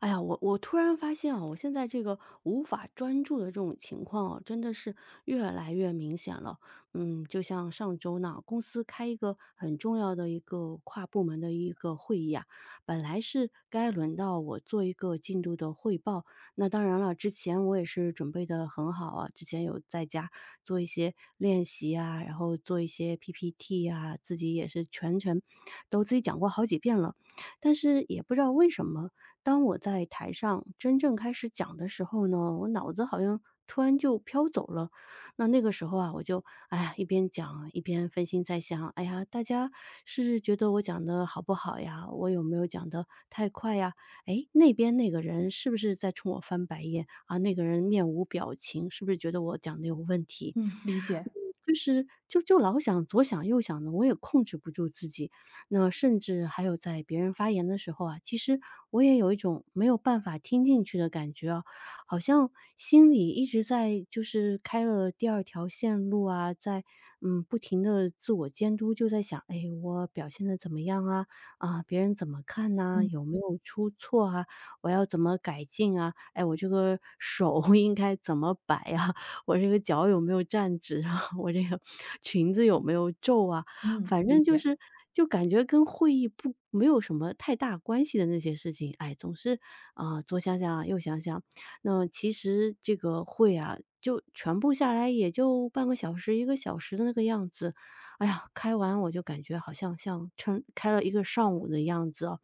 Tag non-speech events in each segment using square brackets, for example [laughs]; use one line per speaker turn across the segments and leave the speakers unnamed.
哎呀，我突然发现啊，我现在这个无法专注的这种情况啊，真的是越来越明显了。嗯，就像上周呢，公司开一个很重要的一个跨部门的一个会议啊，本来是该轮到我做一个进度的汇报。那当然了，之前我也是准备的很好啊，之前有在家做一些练习啊，然后做一些 PPT 啊，自己也是全程都自己讲过好几遍了。但是也不知道为什么，当我在台上真正开始讲的时候呢，我脑子好像突然就飘走了。那个时候啊，我就哎呀，一边讲一边分心在想，哎呀，大家是觉得我讲的好不好呀？我有没有讲的太快呀？哎，那边那个人是不是在冲我翻白眼啊？那个人面无表情，是不是觉得我讲的有问题？
嗯，理
嗯，
解。
就是老想左想右想的，我也控制不住自己，那甚至还有在别人发言的时候啊，其实我也有一种没有办法听进去的感觉啊，好像心里一直在就是开了第二条线路啊，在不停的自我监督，就在想，哎，我表现的怎么样啊？啊，别人怎么看呐、
嗯
有没有出错啊？我要怎么改进啊？哎，我这个手 [laughs] 应该怎么摆啊？我这个脚有没有站直啊？[laughs] 我这个 [laughs] 裙子有没有皱啊？
嗯，
反
理
正就
解。
是就感觉跟会议不没有什么太大关系的那些事情，哎，总是啊、左想想啊右想想。那其实这个会啊，就全部下来也就半个小时、一个小时的那个样子。哎呀，开完我就感觉好像像撑开了一个上午的样子哦，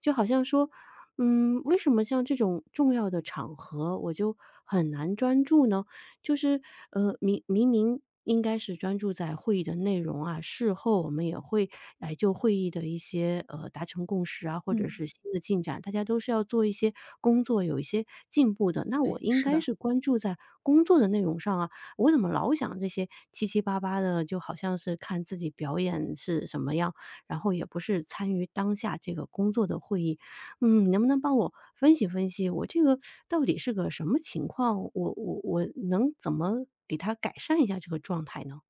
就好像说，嗯，为什么像这种重要的场合我就很难专注呢？就是，明应该是专注在会议的内容啊，事后我们也会来就会议的一些，达成共识啊，或者
嗯，
是新的进展，大家都是要做一些工作，有一些进步的。那我
哎，
应
是
该
的。
是关注在工作的内容上啊，我怎么老想这些七七八八的，就好像是看自己表演是什么样，然后也不是参与当下这个工作的会议。嗯，能不能帮我分析分析，我这个到底是个什么情况？我能怎么给他改善一下这个状态呢？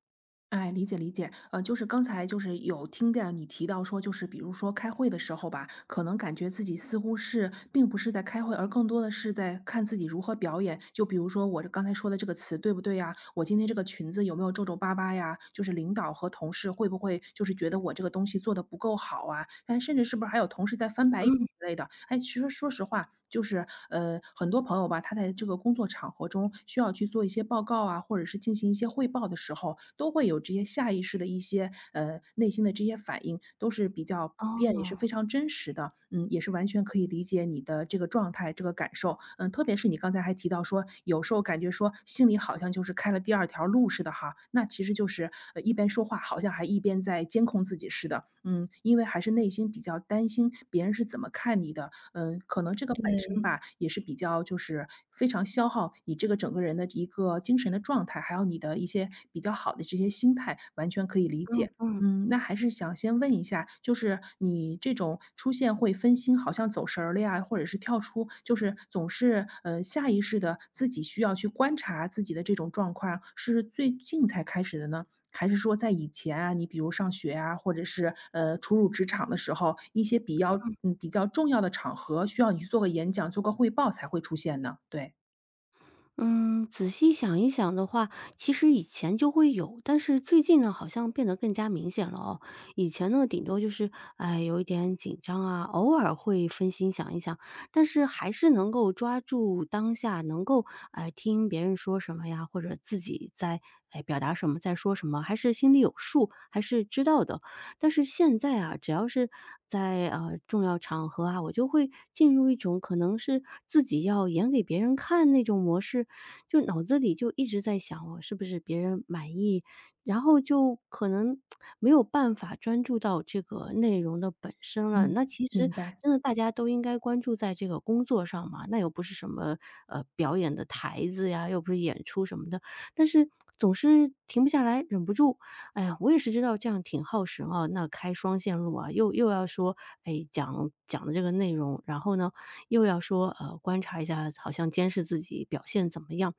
哎，理解理解。就是刚才就是有听到你提到说，就是比如说开会的时候吧，可能感觉自己似乎是并不是在开会，而更多的是在看自己如何表演。就比如说我刚才说的这个词对不对呀？我今天这个裙子有没有皱皱巴巴呀？就是领导和同事会不会就是觉得我这个东西做的不够好啊？哎，甚至是不是还有同事在翻白？眼？
嗯，
之类的。哎，其实说实话，就是很多朋友吧，他在这个工作场合中需要去做一些报告啊，或者是进行一些汇报的时候，都会有这些下意识的一些内心的这些反应，都是比较普遍，也是
哦，
非常真实的。嗯，也是完全。完全可以理解你的这个状态、这个感受。嗯，特别是你刚才还提到说，有时候感觉说心里好像就是开了第二条路似的哈，那其实就是，一边说话好像还一边在监控自己似的。嗯，因为还是内心比较担心别人是怎么看你的。嗯，可能这个本身吧，也是比较就是非常消耗你这个整个人的一个精神的状态，还有你的一些比较好的这些心态，完全可以理
嗯
解。
嗯。
嗯，那还是想先问一下，就是你这种出现会分心，好像走神儿了呀，或者是跳出，就是总是下意识的自己需要去观察自己的这种状况，是最近才开始的呢？还是说在以前啊，你比如上学啊，或者是初入职场的时候，一些比较比较重要的场合需要你去做个演讲、做个汇报才会出现呢？对。
嗯，仔细想一想的话，其实以前就会有，但是最近呢，好像变得更加明显了哦。以前呢，顶多就是，哎，有一点紧张啊，偶尔会分心想一想，但是还是能够抓住当下，能够哎听别人说什么呀，或者自己在哎表达什么，在说什么，还是心里有数，还是知道的。但是现在啊，只要是在重要场合啊，我就会进入一种可能是自己要演给别人看那种模式，就脑子里就一直在想我是不是别人满意，然后就可能 [smacks lips] 没有办法专注到这个内容的本身了。
嗯，
那其实
明白。
真的大家都应该关注在这个工作上嘛，那又不是什么表演的台子呀，又不是演出什么的，但是总是停不下来，忍不住哎呀，我也是知道这样挺耗神啊，那开双线路啊，又要说，哎，讲的这个内容，然后呢，又要说，观察一下，好像监视自己表现怎么样，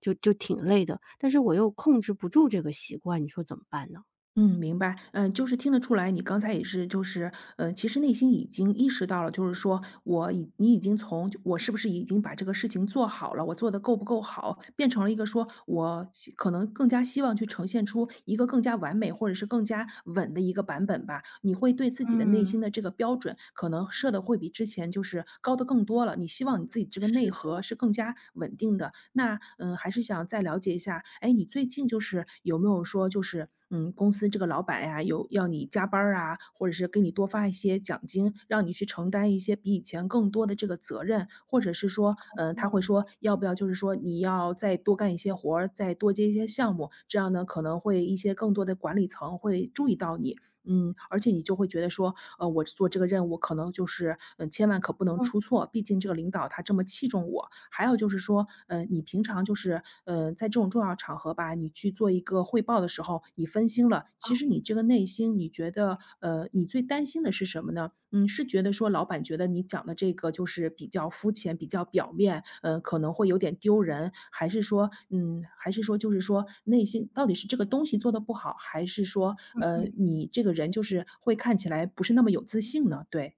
就挺累的。但是我又控制不住这个习惯，你说怎么办呢？
嗯，明白。嗯，就是听得出来，你刚才也是，就是，嗯，其实内心已经意识到了，就是说你已经从我是不是已经把这个事情做好了，我做的够不够好，变成了一个说可能更加希望去呈现出一个更加完美或者是更加稳的一个版本吧。你会对自己的内
嗯，
心的这个标准，可能设的会比之前就是高的更多了。你希望你自己这个内
是
核
的，
是更加稳定的。那，嗯，还是想再了解一下，哎，你最近就是有没有说就是嗯，公司这个老板呀，有要你加班儿啊，或者是给你多发一些奖金，让你去承担一些比以前更多的这个责任，或者是说，嗯，他会
嗯
说要不要就是说你要再多干一些活儿，再多接一些项目，这样呢可能会一些更多的管理层会注意到你。嗯，而且你就会觉得说，我做这个任务可能就是，嗯，千万可不能
嗯。
出错，毕竟这个领导他这么器重我。还有就是说，你平常就是，在这种重要场合吧，你去做一个汇报的时候，你分心了，其实你这个内心你觉得，你最担心的是什么呢？嗯，是觉得说老板觉得你讲的这个就是比较肤浅、比较表面，嗯，可能会有点丢人，还是说，嗯，还是说就是说内心到底是这个东西做的不好，还是说，你这个人就是会看起来不是那么有自信呢？对。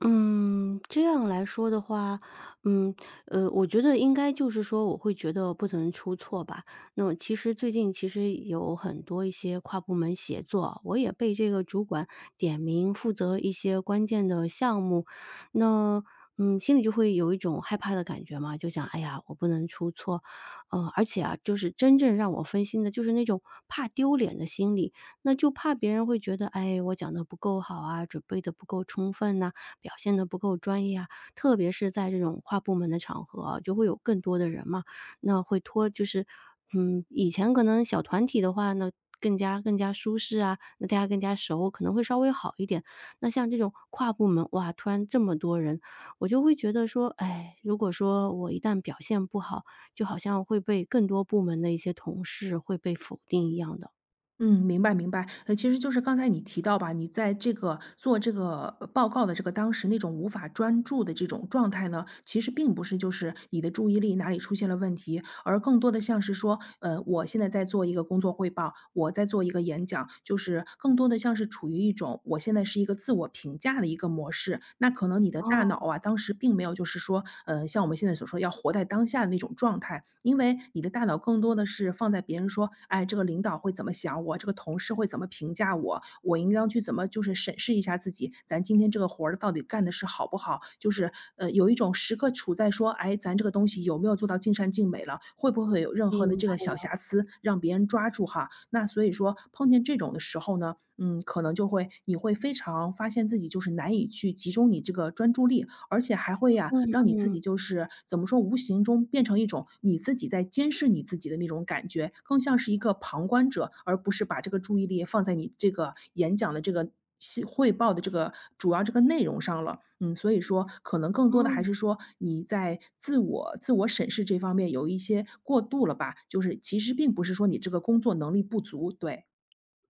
嗯，这样来说的话，嗯，我觉得应该就是说，我会觉得不能出错吧。那么其实最近其实有很多一些跨部门协作，我也被这个主管点名负责一些关键的项目，那嗯，心里就会有一种害怕的感觉嘛，就想，哎呀，我不能出错，而且啊，就是真正让我分心的，就是那种怕丢脸的心理，那就怕别人会觉得，哎，我讲的不够好啊，准备的不够充分呐、表现的不够专业啊，特别是在这种跨部门的场合啊，就会有更多的人嘛，那会拖就是嗯，以前可能小团体的话呢，更加舒适啊，那大家更加熟，可能会稍微好一点。那像这种跨部门，哇，突然这么多人，我就会觉得说，哎，如果说我一旦表现不好，就好像会被更多部门的一些同事会被否定一样的。
嗯，明白明白。其实就是刚才你提到吧，你在这个做这个报告的这个当时那种无法专注的这种状态呢，其实并不是就是你的注意力哪里出现了问题，而更多的像是说，我现在在做一个工作汇报，我在做一个演讲，就是更多的像是处于一种我现在是一个自我评价的一个模式。那可能你的大脑
哦，
啊，当时并没有就是说，像我们现在所说要活在当下的那种状态，因为你的大脑更多的是放在别人说，哎，这个领导会怎么想我，这个同事会怎么评价我，我应当去怎么就是审视一下自己，咱今天这个活儿到底干的是好不好？就是有一种时刻处在说，哎，咱这个东西有没有做到尽善尽美了，会不会有任何的这个
明
小瑕疵让别人抓住哈？那所以说碰见这种的时候呢，嗯，可能就会你会非常发现自己就是难以去集中你这个专注力，而且还会呀，
嗯
让你自
嗯，
己就是怎么说，无形中变成一种你自己在监视你自己的那种感觉，更像是一个旁观者，而不是把这个注意力放在你这个演讲的这个汇报的这个主要这个内容上了。嗯，所以说可能更多的还
哦。
是说你在自我审视这方面有一些过度了吧，就是其实并不是说你这个工作能力不足，对，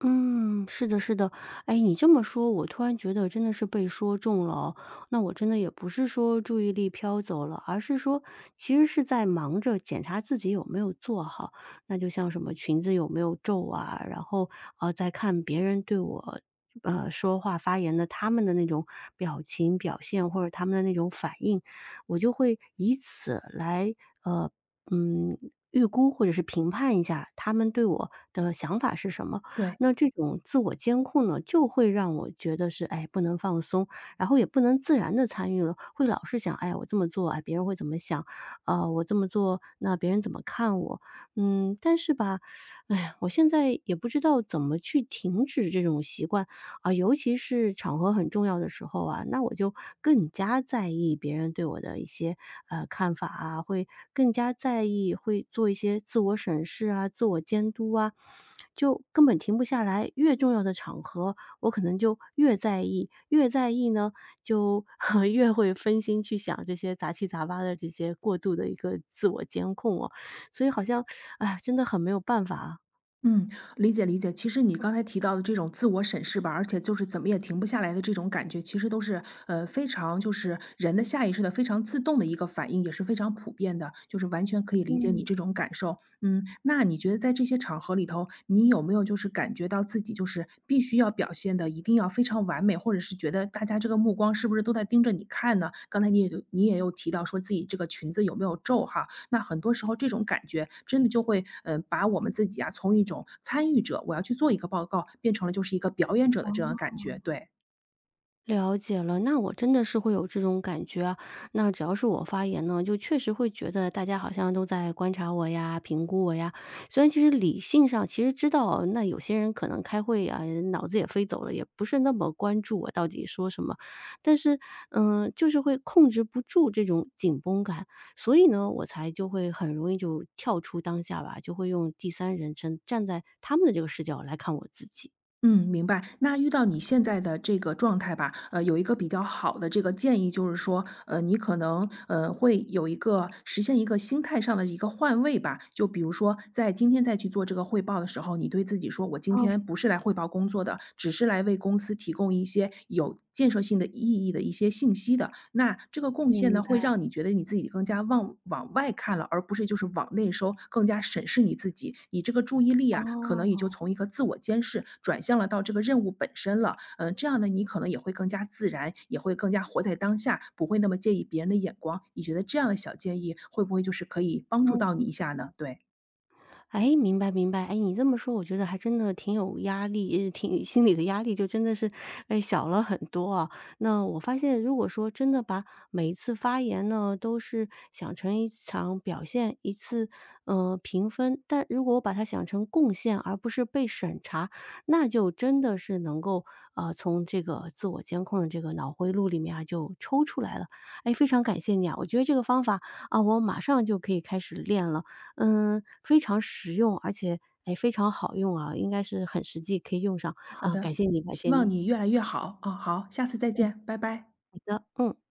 嗯，是的，是的。哎，你这么说，我突然觉得真的是被说中了哦。那我真的也不是说注意力飘走了，而是说其实是在忙着检查自己有没有做好。那就像什么裙子有没有皱啊，然后啊，在看别人对我说话发言的他们的那种表情表现或者他们的那种反应，我就会以此来呃嗯。预估或者是评判一下他们对我的想法是什么，
对。
那这种自我监控呢，就会让我觉得是，哎，不能放松，然后也不能自然的参与了，会老是想，哎我这么做，哎，别人会怎么想？啊，我这么做，那别人怎么看我？嗯，但是吧，哎呀，我现在也不知道怎么去停止这种习惯。啊，尤其是场合很重要的时候啊，那我就更加在意别人对我的一些看法啊，会更加在意，会做一些自我审视啊、自我监督啊，就根本停不下来。越重要的场合，我可能就越在意，越在意呢，就 [laughs] 越会分心去想这些杂七杂八的这些过度的一个自我监控哦。所以好像，哎，真的很没有办法啊。
嗯，理解理解。其实你刚才提到的这种自我审视吧，而且就是怎么也停不下来的这种感觉，其实都是非常就是人的下意识的非常自动的一个反应，也是非常普遍的，就是完全可以理解你
嗯。
这种感受。嗯，那你觉得在这些场合里头，你有没有就是感觉到自己就是必须要表现的一定要非常完美，或者是觉得大家这个目光是不是都在盯着你看呢？刚才你也有提到说自己这个裙子有没有皱哈，那很多时候这种感觉真的就会，嗯，把我们自己啊，从一种参与者，我要去做一个报告，变成了就是一个表演者的这样的感觉，对。
了解了，那我真的是会有这种感觉啊。那只要是我发言呢，就确实会觉得大家好像都在观察我呀、评估我呀。虽然其实理性上其实知道，那有些人可能开会啊，脑子也飞走了，也不是那么关注我到底说什么。但是，嗯、就是会控制不住这种紧绷感，所以呢，我才就会很容易就跳出当下吧，就会用第三人称站在他们的这个视角来看我自己。
嗯，明白。那遇到你现在的这个状态吧，有一个比较好的这个建议，就是说，你可能，会有一个实现一个心态上的一个换位吧。就比如说，在今天再去做这个汇报的时候，你对自己说，我今
哦，
天不是来汇报工作的，只是来为公司提供一些有建设性的意义的一些信息的。那这个贡献
明
呢，会
白。
让你觉得你自己更加往外看了，而不是就是往内收，更加审视你自己。你这个注意力啊，可能也就
哦，
从一个自我监视转向了到这个任务本身了。嗯、这样呢，你可能也会更加自然，也会更加活在当下，不会那么介意别人的眼光。你觉得这样的小建议会不会就是可以帮助
嗯。
到你一下呢？对，
哎，明白明白。哎，你这么说，我觉得还真的挺有压力，挺 [laughs] 心里的压力就真的是，哎，小了很多啊。那我发现，如果说真的把每一次发言呢，都是想成一场表现，一次评分，但如果我把它想成贡献，而不是被审查，那就真的是能够从这个自我监控的这个脑回路里面啊就抽出来了。哎，非常感谢你啊，我觉得这个方法啊，我马上就可以开始练了。嗯，非常实用，而且，哎，非常好用啊，应该是很实际，可以用上。
好
啊，
的，
感谢你，感
希
谢
望
你。
你越来越好啊、好，下次再
嗯。
见，拜拜。
好的，嗯。